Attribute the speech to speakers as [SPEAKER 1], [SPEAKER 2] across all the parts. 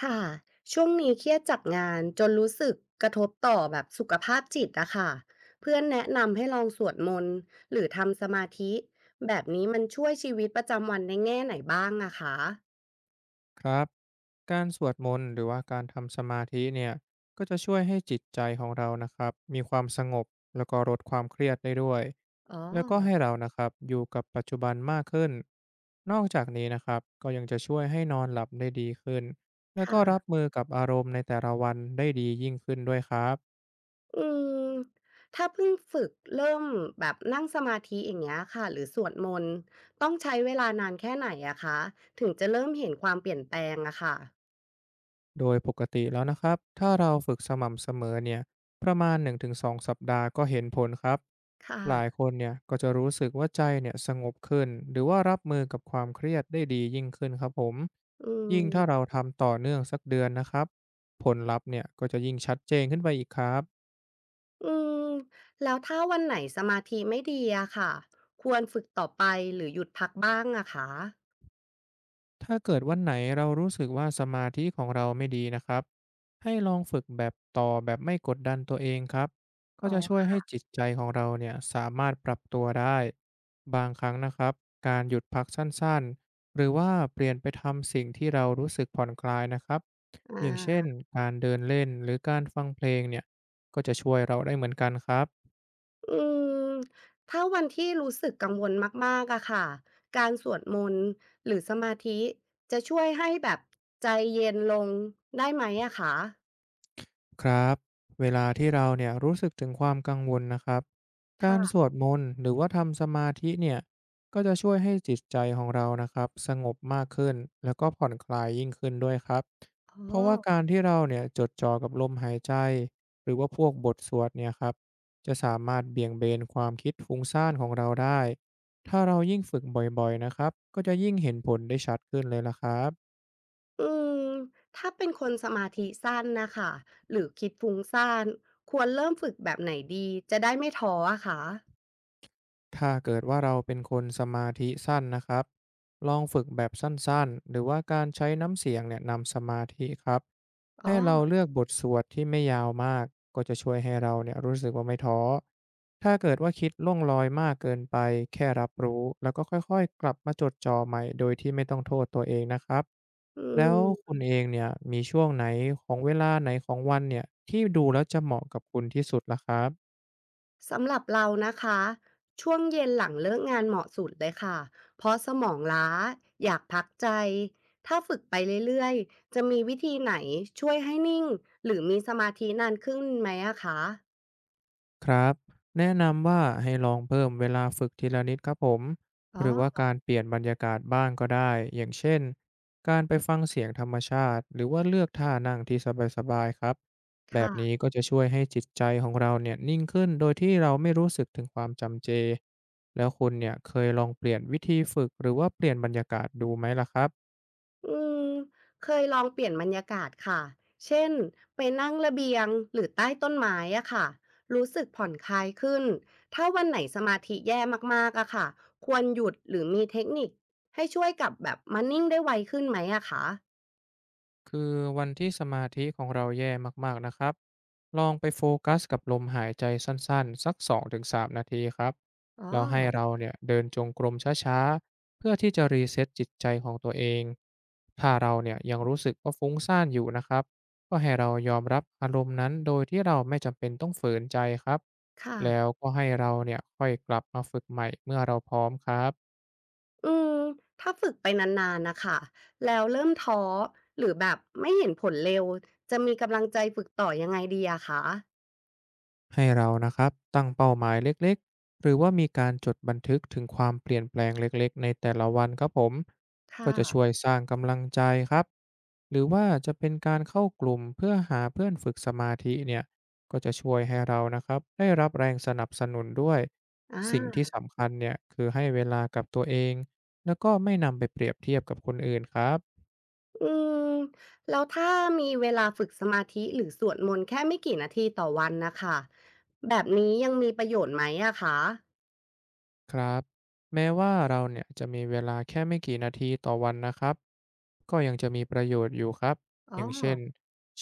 [SPEAKER 1] ค่ะช่วงนี้เครียดจากงานจนรู้สึกกระทบต่อแบบสุขภาพจิตอะค่ะเพื่อนแนะนำให้ลองสวดมนต์หรือทำสมาธิแบบนี้มันช่วยชีวิตประจำวันในแง่ไหนบ้างอะคะ
[SPEAKER 2] ครับการสวดมนต์หรือว่าการทำสมาธิเนี่ยก็จะช่วยให้จิตใจของเรานะครับมีความสงบแล้วก็ลดความเครียดได้ด้วย
[SPEAKER 1] อ๋อ
[SPEAKER 2] แล้วก็ให้เรานะครับอยู่กับปัจจุบันมากขึ้นนอกจากนี้นะครับก็ยังจะช่วยให้นอนหลับได้ดีขึ้นแล้วก็รับ
[SPEAKER 1] ค่ะ
[SPEAKER 2] มือกับอารมณ์ในแต่ละวันได้ดียิ่งขึ้นด้วยครับ
[SPEAKER 1] อืมถ้าเพิ่งฝึกเริ่มแบบนั่งสมาธิอย่างเงี้ยค่ะหรือสวดมนต์ต้องใช้เวลานานแค่ไหนอะคะถึงจะเริ่มเห็นความเปลี่ยนแปลงอะค่ะ
[SPEAKER 2] โดยปกติแล้วนะครับ ถ้าเราฝึกสม่ำเสมอเนี่ยประมาณ1-2สองสัปดาห์ก็เห็นผลครับ
[SPEAKER 1] ค
[SPEAKER 2] หลาย
[SPEAKER 1] ่ะ
[SPEAKER 2] คนเนี่ยก็จะรู้สึกว่าใจเนี่ยสงบขึ้น หรือว่ารับมือกับความเครียดได้ดียิ่งขึ้นครับผม
[SPEAKER 1] อื
[SPEAKER 2] ยิ่งถ้า
[SPEAKER 1] ม
[SPEAKER 2] เราทำต่อเนื่องสักเดือนนะครับ ผลลัพธ์เนี่ยก็จะยิ่งชัดเจนขึ้นไปอีกครับ
[SPEAKER 1] อืมแล้วถ้าวันไหนสมาธิไม่ดีอะค่ะควรฝึกต่อไปหรือหยุดพักบ้างอะคะ
[SPEAKER 2] ถ้าเกิดวันไหนเรารู้สึกว่าสมาธิของเราไม่ดีนะครับให้ลองฝึกแบบต่อแบบไม่กดดันตัวเองครับก็
[SPEAKER 1] อ๋อ
[SPEAKER 2] จะช่วย
[SPEAKER 1] ค่
[SPEAKER 2] ให้จิตใจของเราเนี่ยสามารถปรับตัวได้บางครั้งนะครับการหยุดพักสั้นๆหรือว่าเปลี่ยนไปทำสิ่งที่เรารู้สึกผ่อนคลายนะครับ
[SPEAKER 1] อ
[SPEAKER 2] อย่างเช่น
[SPEAKER 1] า
[SPEAKER 2] การเดินเล่นหรือการฟังเพลงเนี่ยก็จะช่วยเราได้เหมือนกันครับ
[SPEAKER 1] อืมถ้าวันที่รู้สึกกังวลมากๆอะค่ะการสวดมนต์หรือสมาธิจะช่วยให้แบบใจเย็นลงได้ไหมอะคะ
[SPEAKER 2] ครับเวลาที่เราเนี่ยรู้สึกถึงความกังวลนะครับการสว
[SPEAKER 1] ค่ะ
[SPEAKER 2] ดมนต์หรือว่าทำสมาธิเนี่ยก็จะช่วยให้จิตใจของเรานะครับสงบมากขึ้นแล้วก็ผ่อนคลายยิ่งขึ้นด้วยครับ
[SPEAKER 1] อ๋
[SPEAKER 2] เพราะว่ากา
[SPEAKER 1] อ
[SPEAKER 2] รที่เราเนี่ยจดจ่อกับลมหายใจหรือว่าพวกบทสวดเนี่ยครับจะสามารถเบี่ยงเบนความคิดฟุ้งซ่านของเราได้ถ้าเรายิ่งฝึกบ่อยๆนะครับก็จะยิ่งเห็นผลได้ชัดขึ้นเลยละครับ
[SPEAKER 1] อืมถ้าเป็นคนสมาธิสั้นน่ะคะหรือคิดฟุ้งซ่านควรเริ่มฝึกแบบไหนดีจะได้ไม่ท้ออะคะ
[SPEAKER 2] ถ้าเกิดว่าเราเป็นคนสมาธิสั้นนะครับลองฝึกแบบสั้นๆ หรือว่าการใช้น้ำเสียงเนี่ยนำสมาธิครับ
[SPEAKER 1] อ๋อ
[SPEAKER 2] ให้เราเลือกบทสวดที่ไม่ยาวมาก ก็จะช่วยให้เราเนี่ยรู้สึกว่าไม่ท้อถ้าเกิดว่าคิดล่องลอยมากเกินไปแค่รับรู้แล้วก็ค่อยๆกลับมาจดจ่อใหม่โดยที่ไม่ต้องโทษตัวเองนะครับ
[SPEAKER 1] อื
[SPEAKER 2] แล้วคุ
[SPEAKER 1] ม
[SPEAKER 2] ณเองเนี่ยมีช่วงไหนของเวลาไหนของวันเนี่ยที่ดูแล้วจะเหมาะกับคุณที่สุดล่ะครับ
[SPEAKER 1] สำหรับเรานะคะช่วงเย็นหลังเลิกงานเหมาะสุดเลยค่ะเพราะสมองล้าอยากพักใจถ้าฝึกไปเรื่อยๆจะมีวิธีไหนช่วยให้นิ่งหรือมีสมาธินานขึ้นไหมอะคะ
[SPEAKER 2] ครับแนะนำว่าให้ลองเพิ่มเวลาฝึกทีละนิดครับผม
[SPEAKER 1] อ๋
[SPEAKER 2] หรือว่า
[SPEAKER 1] อ
[SPEAKER 2] การเปลี่ยนบรรยากาศบ้างก็ได้อย่างเช่นการไปฟังเสียงธรรมชาติหรือว่าเลือกท่านั่งที่สบายๆครับแบบ
[SPEAKER 1] ค่ะ
[SPEAKER 2] นี้ก็จะช่วยให้จิตใจของเราเนี่ยนิ่งขึ้นโดยที่เราไม่รู้สึกถึงความจำเจแล้วคุณเนี่ยเคยลองเปลี่ยนวิธีฝึกหรือว่าเปลี่ยนบรรยากาศดูไหมล่ะครับ
[SPEAKER 1] อืมเคยลองเปลี่ยนบรรยากาศค่ะ เช่นไปนั่งระเบียงหรือใต้ต้นไม้อะค่ะรู้สึกผ่อนคลายขึ้นถ้าวันไหนสมาธิแย่มากๆอะค่ะควรหยุดหรือมีเทคนิคให้ช่วยกลับแบบมานิ่งได้ไวขึ้นไหมอะคะ
[SPEAKER 2] คือวันที่สมาธิของเราแย่มากๆนะครับลองไปโฟกัสกับลมหายใจสั้นๆสักสองถึงสา3นาทีครับ
[SPEAKER 1] อ๋อ
[SPEAKER 2] แล้วให้เราเนี่ยเดินจงกรมช้าๆเพื่อที่จะรีเซ็ตจิตใจของตัวเองถ้าเราเนี่ยยังรู้สึกว่าฟุ้งซ่านอยู่นะครับก็ให้เรายอมรับอารมณ์นั้นโดยที่เราไม่จำเป็นต้องฝืนใจครับ
[SPEAKER 1] ค่ะ
[SPEAKER 2] แล้วก็ให้เราเนี่ยค่อยกลับมาฝึกใหม่เมื่อเราพร้อมครับ
[SPEAKER 1] อืมถ้าฝึกไปนานๆนะคะแล้วเริ่มท้อหรือแบบไม่เห็นผลเร็วจะมีกำลังใจฝึกต่อยังไงดีอะคะ
[SPEAKER 2] ให้เรานะครับตั้งเป้าหมายเล็กๆหรือว่ามีการจดบันทึกถึงความเปลี่ยนแปลงเล็กๆในแต่ละวันครับผมก็
[SPEAKER 1] ค่ะ
[SPEAKER 2] จะช่วยสร้างกำลังใจครับหรือว่าจะเป็นการเข้ากลุ่มเพื่อหาเพื่อนฝึกสมาธิเนี่ยก็จะช่วยให้เรานะครับได้รับแรงสนับสนุนด้วย
[SPEAKER 1] อ่
[SPEAKER 2] สิ่งที่
[SPEAKER 1] า
[SPEAKER 2] สำคัญเนี่ยคือให้เวลากับตัวเองแล้วก็ไม่นำไปเปรียบเทียบกับคนอื่นครับ
[SPEAKER 1] อืมแล้วถ้ามีเวลาฝึกสมาธิหรือสวดมนต์แค่ไม่กี่นาทีต่อวันนะคะแบบนี้ยังมีประโยชน์ไหมอะคะ
[SPEAKER 2] ครับแม้ว่าเราเนี่ยจะมีเวลาแค่ไม่กี่นาทีต่อวันนะครับก็ยังจะมีประโยชน์อยู่ครับ
[SPEAKER 1] อ๋
[SPEAKER 2] อ
[SPEAKER 1] อ
[SPEAKER 2] ย่างเช่น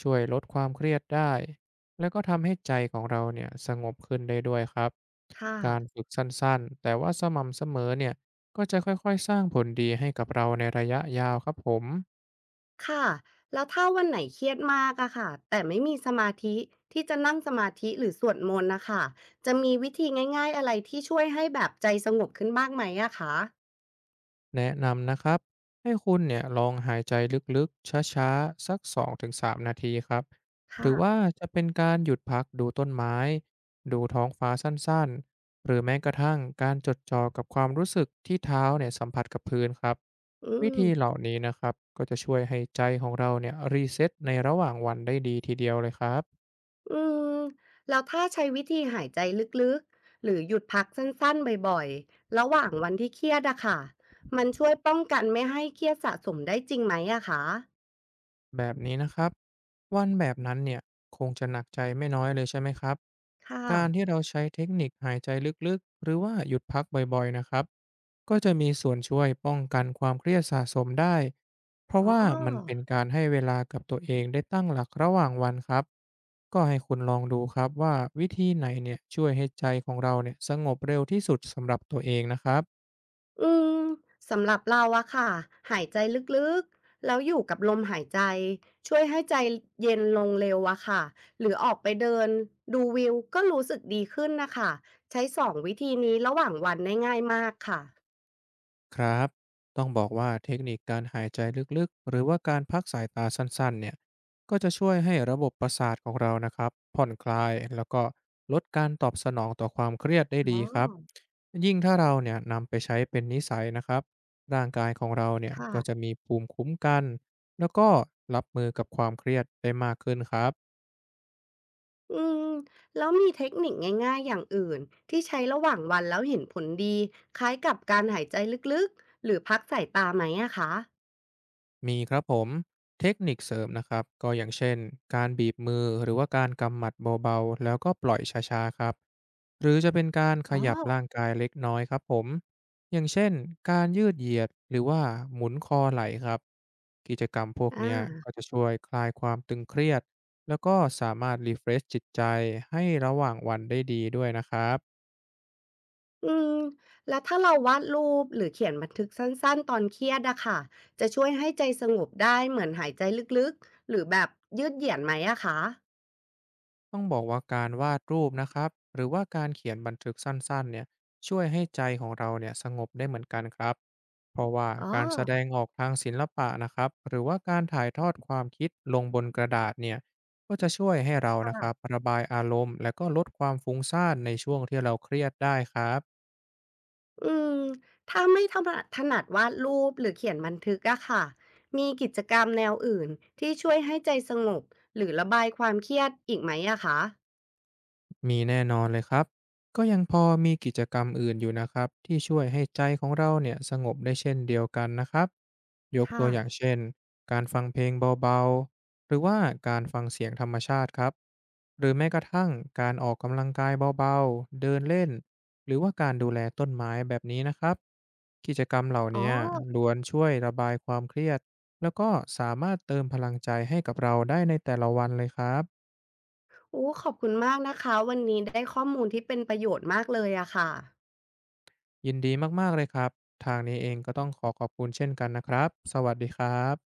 [SPEAKER 2] ช่วยลดความเครียดได้แล้วก็ทำให้ใจของเราเนี่ยสงบขึ้นได้ด้วยครับ
[SPEAKER 1] ค่ะ
[SPEAKER 2] การฝึกสั้นๆแต่ว่าสม่ำเสมอเนี่ยก็จะค่อยๆสร้างผลดีให้กับเราในระยะยาวครับผม
[SPEAKER 1] ค่ะแล้วถ้าวันไหนเครียดมากอะค่ะแต่ไม่มีสมาธิที่จะนั่งสมาธิหรือสวดมนต์นะคะจะมีวิธีง่ายๆอะไรที่ช่วยให้แบบใจสงบขึ้นบ้างไหมอะคะ
[SPEAKER 2] แนะนำนะครับให้คุณเนี่ยลองหายใจลึกๆช้าๆสัก2-3นาทีครับหรื
[SPEAKER 1] ค่ะ
[SPEAKER 2] อว่าจะเป็นการหยุดพักดูต้นไม้ดูท้องฟ้าสั้นๆหรือแม้กระทั่งการจดจ่อกับความรู้สึกที่เท้าเนี่ยสัมผัสกับพื้นครับ
[SPEAKER 1] อื
[SPEAKER 2] วิธี
[SPEAKER 1] ม
[SPEAKER 2] เหล่านี้นะครับก็จะช่วยให้ใจของเราเนี่ยรีเซ็ตในระหว่างวันได้ดีทีเดียวเลยครับ
[SPEAKER 1] อืมแล้วถ้าใช้วิธีหายใจลึกๆหรือหยุดพักสั้นๆบ่อยๆระหว่างวันที่เครียดอะค่ะมันช่วยป้องกันไม่ให้เครียดสะสมได้จริงไหมอะคะ
[SPEAKER 2] แบบนี้นะครับวันแบบนั้นเนี่ยคงจะหนักใจไม่น้อยเลยใช่ไหมครับ
[SPEAKER 1] ค่ะ
[SPEAKER 2] การที่เราใช้เทคนิคหายใจลึกๆหรือว่าหยุดพักบ่อยๆนะครับก็จะมีส่วนช่วยป้องกันความเครียดสะสมได้เพราะ
[SPEAKER 1] อ๋
[SPEAKER 2] ว่ามันเป็
[SPEAKER 1] อ
[SPEAKER 2] นการให้เวลากับตัวเองได้ตั้งหลักระหว่างวันครับก็ให้คุณลองดูครับว่าวิธีไหนเนี่ยช่วยให้ใจของเราเนี่ยสงบเร็วที่สุดสำหรับตัวเองนะครับ
[SPEAKER 1] อืมสำหรับเราอะค่ะหายใจลึกๆแล้วอยู่กับลมหายใจช่วยให้ใจเย็นลงเร็วอะค่ะหรือออกไปเดินดูวิวก็รู้สึกดีขึ้นนะคะใช้สองวิธีนี้ระหว่างวันได้ง่ายมากค่ะ
[SPEAKER 2] ครับต้องบอกว่าเทคนิคการหายใจลึกๆหรือว่าการพักสายตาสั้นๆเนี่ยก็จะช่วยให้ระบบประสาทของเรานะครับผ่อนคลายแล้วก็ลดการตอบสนองต่อความเครียดได้
[SPEAKER 1] อ๋
[SPEAKER 2] ดี
[SPEAKER 1] อ
[SPEAKER 2] ครับยิ่งถ้าเราเนี่ยนำไปใช้เป็นนิสัยนะครับร่างกายของเราเนี่ย
[SPEAKER 1] ค่ะ
[SPEAKER 2] ก็จะมีภูมิคุ้มกันแล้วก็รับมือกับความเครียดได้มากขึ้นครับ
[SPEAKER 1] อืมแล้วมีเทคนิคง่ายๆอย่างอื่นที่ใช้ระหว่างวันแล้วเห็นผลดีคล้ายกับการหายใจลึกๆหรือพักสายตาไหมอะคะ
[SPEAKER 2] มีครับผมเทคนิคเสริมนะครับก็อย่างเช่นการบีบมือหรือว่าการกำหมัดเบาๆแล้วก็ปล่อยช้าๆครับหรือจะเป็นการข
[SPEAKER 1] อ๋อ
[SPEAKER 2] ยับร่างกายเล็กน้อยครับผมอย่างเช่นการยืดเหยียดหรือว่าหมุนคอไหล่ครับกิจกรรมพวก
[SPEAKER 1] อา
[SPEAKER 2] เนี้ยก็จะช่วยคลายความตึงเครียดแล้วก็สามารถรีเฟรชจิตใจให้ระหว่างวันได้ดีด้วยนะครับ
[SPEAKER 1] อืมแล้วถ้าเราวาดรูปหรือเขียนบันทึกสั้นๆตอนเครียดอะค่ะจะช่วยให้ใจสงบได้เหมือนหายใจลึกๆหรือแบบยืดเหยียดไหมอะคะ
[SPEAKER 2] ต้องบอกว่าการวาดรูปนะครับหรือว่าการเขียนบันทึกสั้นๆเนี่ยช่วยให้ใจของเราเนี่ยสงบได้เหมือนกันครับเพราะว่า
[SPEAKER 1] อ๋อ
[SPEAKER 2] การแสดงออกทางศิลปะนะครับหรือว่าการถ่ายทอดความคิดลงบนกระดาษเนี่ยก็จะช่วยให้เรานะครับระบายอารมณ์และก็ลดความฟุ้งซ่านในช่วงที่เราเครียดได้ครับ
[SPEAKER 1] อืมถ้าไม่ถนัดวาดรูปหรือเขียนบันทึกอะค่ะ มีกิจกรรมแนวอื่นที่ช่วยให้ใจสงบหรือระบายความเครียดอีกไหมอะคะ
[SPEAKER 2] มีแน่นอนเลยครับ ก็ยังพอมีกิจกรรมอื่นอยู่นะครับที่ช่วยให้ใจของเราเนี่ยสงบได้เช่นเดียวกันนะครับยกตั
[SPEAKER 1] ค่ะ
[SPEAKER 2] วอย่างเช่นการฟังเพลงเบาๆหรือว่าการฟังเสียงธรรมชาติครับหรือแม้กระทั่งการออกกำลังกายเบาๆเดินเล่นหรือว่าการดูแลต้นไม้แบบนี้นะครับกิจกรรมเหล่า
[SPEAKER 1] อ๋อ
[SPEAKER 2] นี้ล้วนช่วยระบายความเครียดแล้วก็สามารถเติมพลังใจให้กับเราได้ในแต่ละวันเลยครับ
[SPEAKER 1] โอ้ขอบคุณมากนะคะวันนี้ได้ข้อมูลที่เป็นประโยชน์มากเลยอะค่ะ
[SPEAKER 2] ยินดีมากๆเลยครับทางนี้เองก็ต้องขอขอบคุณเช่นกันนะครับสวัสดีครับ